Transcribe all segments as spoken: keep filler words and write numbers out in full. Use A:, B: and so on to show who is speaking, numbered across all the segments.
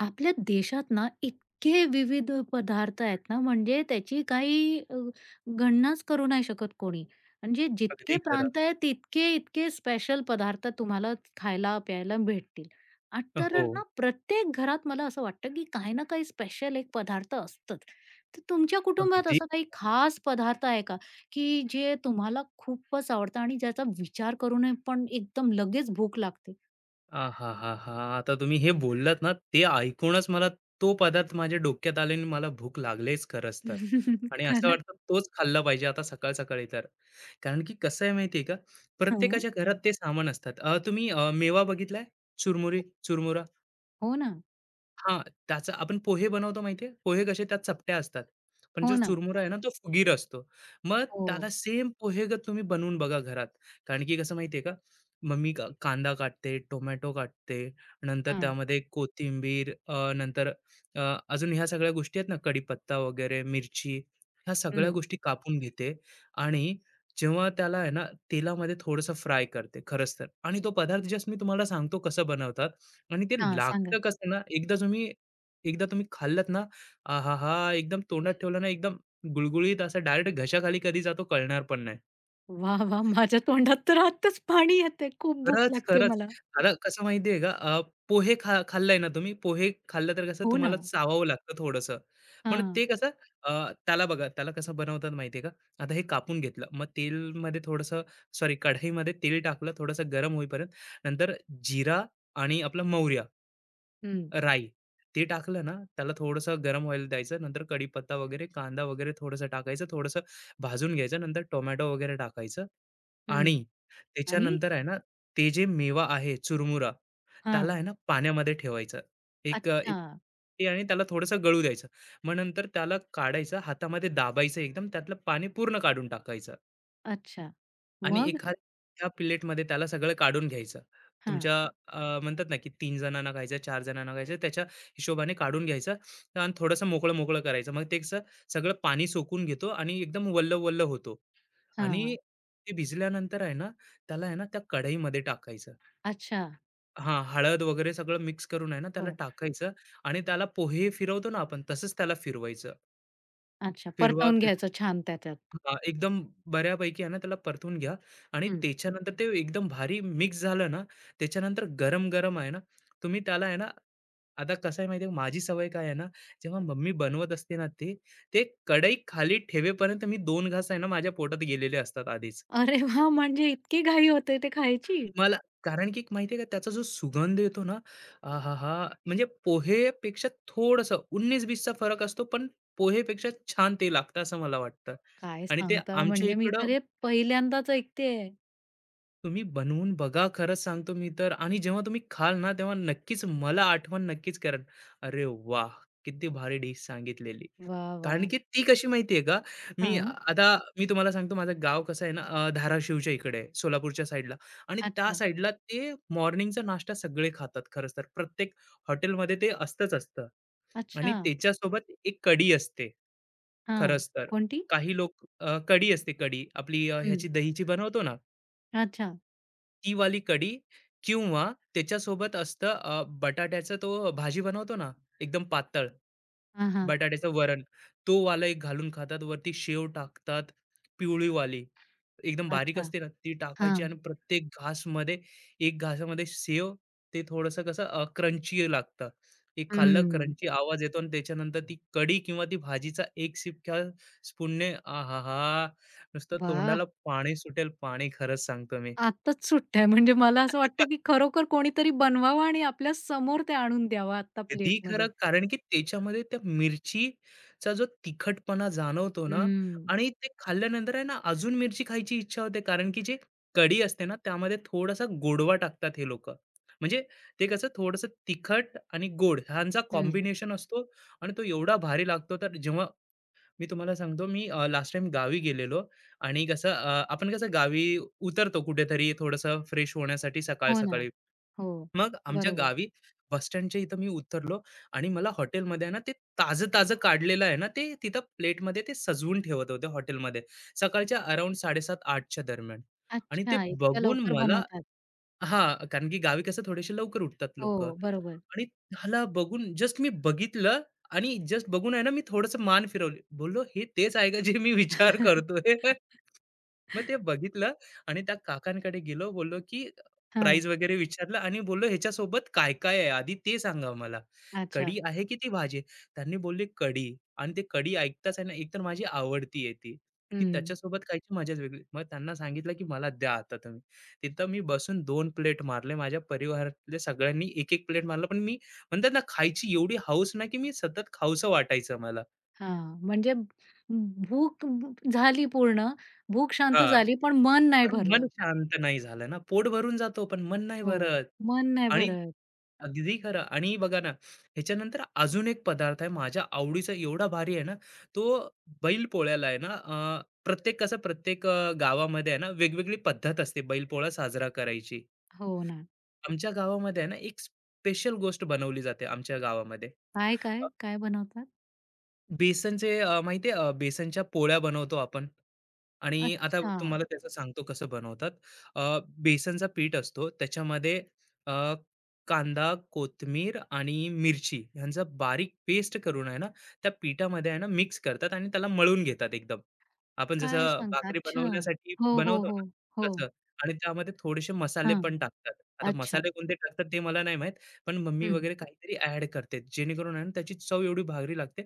A: आपल्या देशात ना इतके विविध पदार्थ आहेत ना, म्हणजे त्याची काही अ, गणनाच करू नाही शकत कोणी. म्हणजे जितके
B: अगदी खरं.
A: प्रांत आहेत तितके इतके स्पेशल पदार्थ तुम्हाला खायला प्यायला भेटतील. आ तर
B: हो,
A: ना, प्रत्येक घरात मला असं वाटतं, की काही ना काही स्पेशल एक पदार्थ असतंच. तर तुमच्या कुटुंबात
B: अगदी.
A: असा काही खास पदार्थ आहे का, की जे तुम्हाला खूपच आवडतं आणि ज्याचा विचार करूनही पण एकदम लगेच भूक लागते?
B: आहाहाहा! आता तुम्ही हे बोललात ना, ते ऐकूनच मला तो पदार्थ माझ्या डोक्यात आले आणि मला भूक लागलीच खरंच तर. आणि असं
A: खरंच?
B: वाटतं तोच खाल्ला पाहिजे आता सकाळ-सकाळी तर. कारण की कसं आहे माहिती आहे का,
A: हां.
B: प्रत्येकाच्या घरात ते सामान असतात. अ, तुम्ही अ, मेवा बघितलाय? चुरमुरी, चुरमुरा?
A: हो ना.
B: हां, त्याचं आपण पोहे बनवतो माहिती पोहे कसे त्यात चपट्या असतात. पण
A: हो
B: जो
A: ना.
B: चुरमुरा आहे ना, तो फुगीर असतो. मग
A: हो.
B: त्याला सेम पोहे पोहेगत तुम्ही बनवून बघा घरात. कारण की कसं माहिती का, मम्मी क कांदा काटते, टोमॅटो काटते, नंतर
A: हां.
B: त्यामध्ये कोथिंबीर, अ, नंतर अ, अजून ह्या सगळ्या गोष्टी आहेत ना, कढीपत्ता वगैरे, मिरची, ह्या सगळ्या
A: हं.
B: गोष्टी कापून घेते आणि जेव्हा त्याला आहे ना, तेलामध्ये थोडंसं फ्राय करते खरंच तर. आणि तो पदार्थ जस्ट मी तुम्हाला सांगतो कसं बनवतात. आणि ते
A: हां, सांगा.
B: लागतं कसं ना, एकदा तुम्ही एकदा तुम्ही खाल्लत ना, आहाहा! एकदम तोंडात ठेवलं ना, एकदम गुळगुळीत असा डायरेक्ट घशाखाली कधी जातो कळणार पण नाही.
A: वाह! वाह! माझ्या तोंडात तर आत्ताच पाणी येतंय. खूप भूक
B: खरंच,
A: लागते
B: खरंच.
A: मला.
B: आता कसं माहिती का, अ, पोहे खा खाल्लाय ना तुम्ही, पोहे खाल्लं तर कसं
A: हो ना.
B: तुम्हाला चावावं लागतं थोडंसं. पण
A: हां.
B: ते कसं अ, त्याला बघा, त्याला कसं बनवतात माहिती का, आता हे कापून घेतलं, मग तेलमध्ये थोडंसं सॉरी कढईमध्ये तेल टाकलं, थोडंसं गरम होईपर्यंत, नंतर जिरा आणि आपलं मोहरी
A: हं,
B: राई. ते टाकलं ना, त्याला थोडंसं गरम व्हायला द्यायचं. नंतर कढीपत्ता वगैरे, कांदा वगैरे थोडंसं टाकायचं, थोडंसं भाजून घ्यायचं. नंतर टोमॅटो वगैरे टाकायचं
A: हं.
B: आणि
A: आणि
B: त्याच्यानंतर आहे ना, ते जे मेवा आहे चुरमुरा, त्याला
A: हां.
B: आहे ना पाण्यामध्ये ठेवायचं. एक एक
A: अच्छा,
B: वाटी आणि त्याला थोडंसं गळू द्यायचं. मग नंतर त्याला काढायचं, हातामध्ये दाबायचं एकदम त्यातलं पाणी पूर्ण काढून टाकायचं.
A: अच्छा.
B: आणि
A: मग?
B: एखाद्या प्लेटमध्ये त्याला सगळं काढून घ्यायचं.
A: हां,
B: तुमच्या अ, म्हणतात ना, की तीन जणांना खायचं, चार जणांना खायचं, त्याच्या हिशोबाने काढून घ्यायचं आणि थोडंसं मोकळं-मोकळं करायचं. मग ते कसं सगळं पाणी सोकून घेतो आणि एकदम वल्ल-वल्ल होतो आणि
A: हां.
B: ते भिजल्यानंतर आहे ना, त्याला आहे ना, त्या कढईमध्ये टाकायचं.
A: अच्छा.
B: हां, हळद वगैरे सगळं मिक्स करून आहे ना, त्याला
A: हो.
B: टाकायचं आणि त्याला पोहे फिरवतो ना आपण, तसंच त्याला फिरवायचं.
A: अच्छा,
B: फिरवा,
A: परतवून
B: फिरवा.
A: घ्यायचं छान त्याच्यात.
B: हां, एकदम बऱ्यापैकी आहे ना त्याला परतून घ्या आणि
A: हं.
B: त्याच्यानंतर ते एकदम भारी मिक्स झालं ना, त्याच्यानंतर गरम-गरम आहे ना, तुम्ही त्याला आहे ना आता कसं आहे माहिती आहे माझी सवय काय आहे ना, जेव्हा मम्मी बनवत असते ना ते, ते कढई खाली ठेवेपर्यंत मी दोन घास आहे ना माझ्या पोटात गेलेले असतात आधीच.
A: अरे वाह! म्हणजे इतकी घाई होते ते खायची?
B: मला कारण की माहिती का त्याचा जो सुगंध येतो ना, आहाहा! म्हणजे पोहेपेक्षा थोडंसं एकोणीस वीस फरक असतो, पण पोहेपेक्षा छान ते लागतं असं मला वाटतं.
A: काय
B: आणि ते
A: सांगता,
B: आमच्या
A: म्हणजे मी
B: इकडं
A: तर हे पहिल्यांदाच ऐकतेय.
B: तुम्ही बनवून बघा. खरंच सांगतो मी तर आणि जेव्हा तुम्ही खाल ना, तेव्हा नक्कीच मला आठवण नक्कीच कराल. अरे वाह! किती भारी डिश सांगितलेली.
A: वाह!
B: कारण
A: वाह!
B: की ती कशी माहिती आहे का, मी आ-
A: हां.
B: आता मी तुम्हाला सांगतो माझं गाव कसं आहे ना, अ, धाराशिवच्या इकडे आहे, सोलापूरच्या साईडला आणि त्या
A: अच्छा,
B: साईडला ते मॉर्निंगचा नाश्ता सगळे खातात खरंच तर. प्रत्येक हॉटेलमध्ये ते असतंच असतं आणि
A: अच्छा.
B: त्याच्यासोबत एक कढी असते.
A: हां.
B: खरंच तर.
A: कोणती?
B: काही लोक अ, कढी असते कढी. आपली अ,
A: हं.
B: ह्याची दहीची बनवतो ना
A: अच्छा.
B: ती वाली कढी किंवा त्याच्यासोबत असतं अ, बटाट्याचा तो भाजी बनवतो ना, एकदम पातळ
A: हां, हां.
B: बटाट्याचं वरण. तो वाला एक घालून खातात. वरती शेव टाकतात, पिवळीवाली. एकदम बारीक
A: अच्छा.
B: असते ना, ती टाकायची
A: हां.
B: आणि प्रत्येक घासमध्ये एक घासामध्ये शेव ते थोडंसं कसं क्रंची लागतं. एक खाल्लं
A: हम्म.
B: क्रंची आवाज येतो आणि त्याच्यानंतर ती कढी किंवा ती भाजीचा एक सिप घ्या स्पूनने आहाहा! नुसतं
A: वाह!
B: तोंडाला पाणी सुटेल पाणी खरंच सांगतो मी.
A: आत्ताच सुट्ट्या आहे. म्हणजे मला असं वाटतं, की खरोखर कोणीतरी बनवावं आणि आपल्या समोर ते आणून द्यावं आत्ता
B: अगदी खरं.
A: प्लेटमध्ये.
B: कारण की त्याच्यामध्ये त्या मिरचीचा जो तिखटपणा जाणवतो ना
A: हम्म.
B: आणि ते खाल्ल्यानंतर आहे ना अजून मिरची खायची इच्छा होते. कारण की जे कढी असते ना त्यामध्ये थोडासा गोडवा टाकतात हे लोकं. म्हणजे ते कसं थोडंसं तिखट आणि गोड ह्यांचा
A: हं.
B: कॉम्बिनेशन असतो आणि तो एवढा भारी लागतो. तर जेव्हा मी तुम्हाला सांगतो मी अ, लास्ट टाईम गावी गेलेलो आणि कसं अ, आपण कसं गावी उतरतो कुठेतरी थोडंसं फ्रेश होण्यासाठी सकाळ
A: हो ना.
B: सकाळी.
A: हो.
B: मग आमच्या
A: बरोबर.
B: गावी बस स्टँडच्या इथं मी उतरलो आणि मला हॉटेलमध्ये आहे ना, ते ताजं-ताजं काढलेलं आहे ना, ते तिथं प्लेटमध्ये ते सजवून ठेवत होते हॉटेलमध्ये. सकाळच्या अराउंड साडे सात-आठ दरम्यान आणि ते
A: अच्छा, इतक्या
B: बघून
A: लवकर
B: मला
A: बनवतात.
B: हां, कारण की गावी कसं थोडेसे लवकर उठतात लोकं.
A: हो, बरोबर.
B: आणि त्याला बघून जस्ट मी बघितलं आणि जस्ट बघून आहे ना मी थोडंसं मान फिरवली. बोललो, "हे तेच आहे का जे मी विचार करतोय?" मग ते बघितलं आणि त्या काकांकडे गेलो. बोललो, की
A: हां.
B: प्राइस वगैरे विचारलं आणि बोललो, "ह्याच्यासोबत काय-काय आहे? आधी ते सांगा मला.
A: अच्छा.
B: कढी आहे की ती भाजी आहे?" त्यांनी बोलले, "कढी" आणि ते कढी ऐकताच आहे ना, एकतर माझी आवडती आहे ती, की
A: हं.
B: त्याच्यासोबत खायची मजाच वेगळी. मग त्यांना सांगितलं, की "मला द्या आता तुम्ही." तिथं मी बसून दोन प्लेट मारले. माझ्या परिवारातल्या सगळ्यांनी एक एक प्लेट मारला. पण मी म्हणतात ना, खायची एवढी हौस ना, की मी सतत खाऊसं वाटायचं मला.
A: हां. म्हणजे भ- भूक भ- झाली पूर्ण, भूक शांत
B: हां.
A: झाली, पण मन नाही
B: पण मन
A: भरलं.
B: शांत नाही झालं ना, पोट भरून जातो पण मन नाही
A: हो.
B: भरत.
A: मन नाही
B: आणि
A: भरत.
B: अगदी खरं आणि बघा ना, ह्याच्यानंतर अजून एक पदार्थ आहे माझ्या आवडीचा एवढा भारी आहे ना, तो बैल पोळ्याला आहे ना, अ, प्रत्येक कसं प्रत्येक अ, गावामध्ये आहे ना, वेगवेगळी पद्धत असते बैलपोळा साजरा करायची.
A: हो ना.
B: आमच्या गावामध्ये आहे ना, एक स्पेशल गोष्ट बनवली जाते आमच्या गावामध्ये.
A: काय, काय, काय बनवता?
B: बेसनचे अ, माहिती आहे अ, बेसनच्या पोळ्या बनवतो आपण आणि आता
A: अच्छा.
B: तुम्हाला त्याचं सांगतो कसं बनवतात. अ, बेसनचा पीठ असतो त्याच्यामध्ये अ, कांदा, कोथिंबीर आणि मिरची ह्यांचा बारीक पेस्ट करून आहे ना, त्या पिठामध्ये आहे ना मिक्स करतात आणि त्याला मळून घेतात एकदम. आपण
A: काय
B: जसं
A: सांगता?
B: भाकरी
A: अच्छा.
B: बनवण्यासाठी
A: हो, हो,
B: बनवतो ना,
A: हो, हो.
B: तसं आणि त्यामध्ये थोडेसे मसाले
A: हां.
B: पण टाकतात. आता
A: अच्छा.
B: मसाले कोणते टाकतात ते मला नाही माहीत, पण मम्मी
A: हं.
B: वगैरे काहीतरी ॲड करते जेणेकरून आहे ना त्याची चव एवढी भारी लागते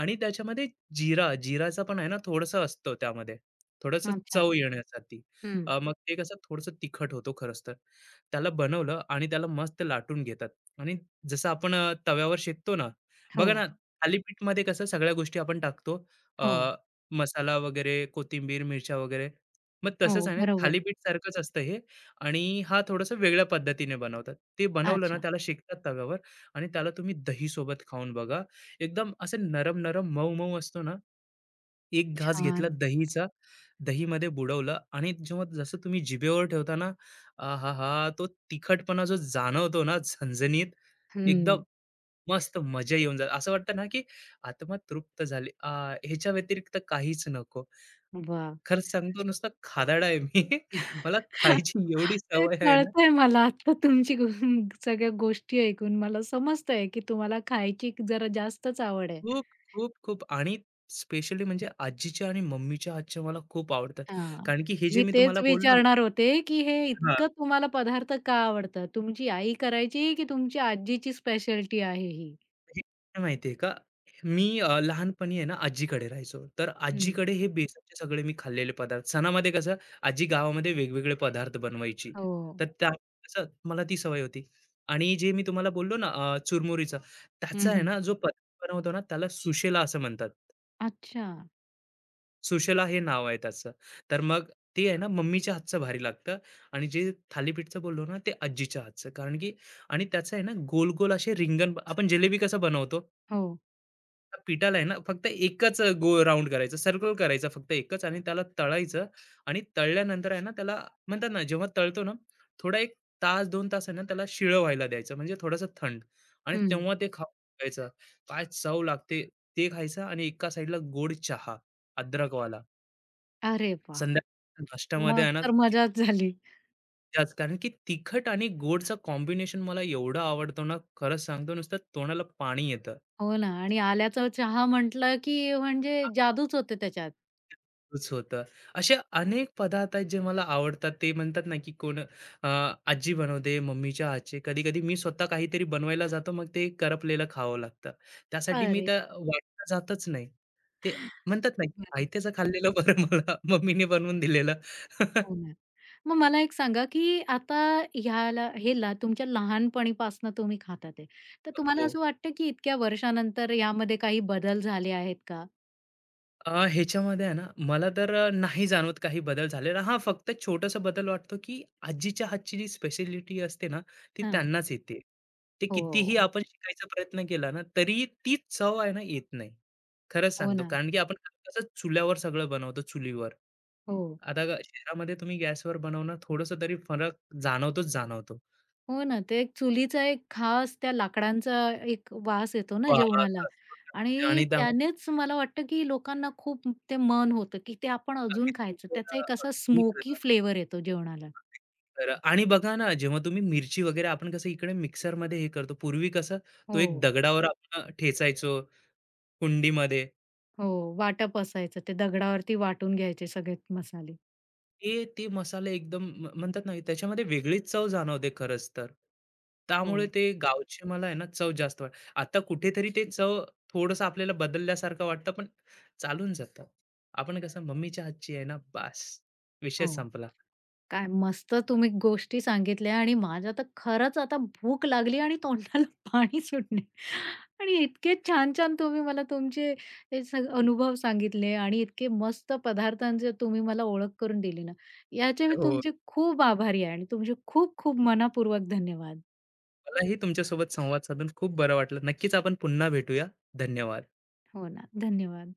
B: आणि त्याच्यामध्ये जीरा, जीराचं पण आहे ना थोडंसं असतं त्यामध्ये. थोडंसं
A: अच्छा.
B: चव येण्यासाठी.
A: हं.
B: अ, मग ते कसं थोडंसं तिखट होतो खरंच तर. त्याला बनवलं आणि त्याला मस्त लाटून घेतात आणि जसं आपण अ, तव्यावर शेकतो ना,
A: हो,
B: बघा ना थालीपीठमध्ये कसं सगळ्या गोष्टी आपण टाकतो.
A: हो,
B: अ, मसाला वगैरे, कोथिंबीर, मिरच्या वगैरे. मग तसंच
A: हो.
B: आहे ना
A: बरोबर.
B: थालीपीठसारखंच असतं हे आणि हा थोडंसं वेगळ्या पद्धतीने बनवतात. ते बनवलं ना
A: अच्छा.
B: त्याला शेकतात तव्यावर आणि त्याला तुम्ही दहीसोबत खाऊन बघा. एकदम असं नरम नरम मऊ मऊ असतो ना एक घास घेतला
A: छान.
B: दहीचा दहीमध्ये बुडवलं आणि जेव्हा जसं तुम्ही जिभेवर ठेवता ना आ हा हा तो तिखटपणा जो जाणवतो ना झणझणीत
A: हं.
B: एकदम मस्त मजा येऊन जात असं वाटतं ना की आत्मा तृप्त झाली आ ह्याच्या व्यतिरिक्त काहीच नको
A: वाह!
B: खरंच सांगतो नुसता खादाडा आहे मी मला खायची एवढी
A: ते
B: सवय आहे ना
A: कळतंय मला आता तुमची गो सगळ्या गोष्टी ऐकून मला समजतंय, की तुम्हाला खायची जरा जास्तच आवड आहे.
B: खूप खूप खूप आणि स्पेशली म्हणजे आजीच्या आणि मम्मीच्या हातच्या मला खूप आवडतात
A: हां.
B: कारण की हे जे
A: मी
B: मी तुम्हाला
A: तेच
B: बोललो
A: विचारणार होते, की हे
B: ना
A: इतकं तुम्हाला पदार्थ का आवडतं? तुमची आई करायची की तुमची आजीची स्पेशालिटी आहे ही?
B: हे काय माहितीये का? मी अ, लहानपणी आहे ना आजीकडे राहायचो. तर
A: हं.
B: आजीकडे हे बेसनचे सगळे मी खाल्लेले पदार्थ सणामध्ये कसं आजी गावामध्ये वेगवेगळे पदार्थ बनवायची.
A: हो.
B: तर त्या कसं मला ती सवय होती. आणि जे मी तुम्हाला बोललो ना अ, चुरमुरीचा त्याचा
A: हं,
B: आहे
A: हं.
B: ना जो पदार्थ बनवतो ना त्याला सुशेला असं म्हणतात.
A: अच्छा.
B: सुशेला हे नाव आहे त्याचं. तर मग ते आहे ना मम्मीच्या हातचं भारी लागतं आणि जे थालीपीठचं बोललो ना ते आजीच्या हातचं. कारण की आणि त्याचं आहे ना गोल-गोल असे रिंगण आपण जिलेबी कसं बनवतो?
A: हो.
B: पिठाला आहे ना फक्त एकच गो गोल राउंड करायचं, सर्कल करायचा फक्त एकच आणि त्याला तळायचं आणि तळल्यानंतर आहे ना त्याला म्हणतात ना जेव्हा तळतो ना, थोडा एक तास दोन तास आहे ना त्याला शिळं व्हायला द्यायचं म्हणजे थोडंसं थंड आणि
A: हं.
B: तेव्हा ते खाऊ घालायचं. काय चव लागते ते खायचं आणि एका साइडला गोड चहा, अद्रकवाला.
A: अरे वाह!
B: संध्याकाळच्या नाश्त्यामध्ये
A: मग
B: आहे ना
A: तर
B: की
A: मजाच झाली.
B: त्याच कारण की तिखट आणि गोडचं कॉम्बिनेशन मला एवढं आवडतो ना, खरंच सांगतो नुसतं तोंडाला पाणी येतं.
A: हो ना, आणि आल्याचा चहा म्हटलं, की म्हणजे जादूच होते त्याच्यात.
B: तच होतं. असे अनेक पदार्थ आहेत जे मला आवडतात. ते म्हणतात ना, की कोण अ, आजी बनवते, मम्मीच्या हातचे. कधी-कधी मी स्वतः काहीतरी बनवायला जातो, मग ते करपलेलं खावं लागतं. त्यासाठी मी
A: अरे!
B: त्या वाटला जातच नाही. ते म्हणतात ना, की
A: बरं.
B: आयत्याचं खाल्लेलं बरं मला मम्मीने बनवून दिलेलं.
A: हो ना. मग मला एक सांगा, की आता ह्याला हेला तुमच्या लहानपणीपासून तुम्ही खाता ते, तर तुम्हाला
B: हो.
A: असं वाटतं, की इतक्या वर्षानंतर यामध्ये काही बदल झाले आहेत का?
B: अ, ह्याच्यामध्ये आहे ना, मला तर अ, नाही जाणवत काही बदल झालेला. हां, फक्त छोटासा बदल वाटतो, की आजीच्या हातची जी स्पेशालिटी असते ना, ती
A: हां.
B: त्यांनाच येते. ते कितीही
A: हो.
B: आपण शिकायचा प्रयत्न केला ना, तरीही तीच चव आहे ना, येत नाही. खरंच
A: हो
B: सांगतो.
A: ना.
B: कारण की आपण कसं चुल्यावर सगळं बनवतो, चुलीवर.
A: हो.
B: आता ग शहरामध्ये तुम्ही गॅसवर बनवणार, थोडंसं तरी फरक जाणवतोच जाणवतो.
A: हो ना, ते एक चुलीचा एक खास त्या लाकडांचा एक वास येतो ना
B: वास
A: जेवणाला,
B: असतो त्यामध्ये
A: आणि
B: आणि त्यामध्ये
A: त्यानेच मला वाटतं, की लोकांना खूप ते मन होतं, की ते आपण अजून
B: अगदी
A: खायचं. त्याचा
B: खरं,
A: एक असा
B: अगदी
A: स्मोकी
B: खरं.
A: फ्लेवर येतो जेवणाला.
B: तर आणि बघा ना, जेव्हा तुम्ही मिरची वगैरे आपण कसं इकडे मिक्सरमध्ये हे करतो. पूर्वी कसं तो एक
A: हो,
B: दगडावर हो. आपण ठेचायचो कुंडीमध्ये.
A: हो. वाटप असायचं. ते दगडावरती वाटून घ्यायचे सगळे मसाले.
B: ते ते मसाले एकदम म्ह म्हणतात ना, त्याच्यामध्ये वेगळीच चव जाणवते खरंच तर. त्यामुळे
A: हो,
B: ते गावची मला आहे ना, चव जास्त वाट आता कुठेतरी ते चव थोडंसं आपल्याला बदलल्यासारखं वाटतं, पण चालून जातं. आपण कसं मम्मीच्या हातची आहे ना, बास विषय
A: हो.
B: संपला.
A: काय मस्त तुम्ही गोष्टी सांगितल्या आणि माझ्या तर खरंच आता भूक लागली आणि तोंडाला पाणी सुटले, आणि इतके छान छान तुम्ही मला तुमचे हे सग- अनुभव सांगितले आणि इतके मस्त पदार्थांचे तुम्ही मला ओळख करून दिली ना, याचे मी
B: हो.
A: तुमचे खूप आभारी आहे आणि तुमचे खूप खूप मनापूर्वक धन्यवाद.
B: मलाही तुमच्यासोबत संवाद साधून खूप बरं वाटलं. नक्कीच आपण पुन्हा भेटूया. धन्यवाद.
A: हो ना, धन्यवाद.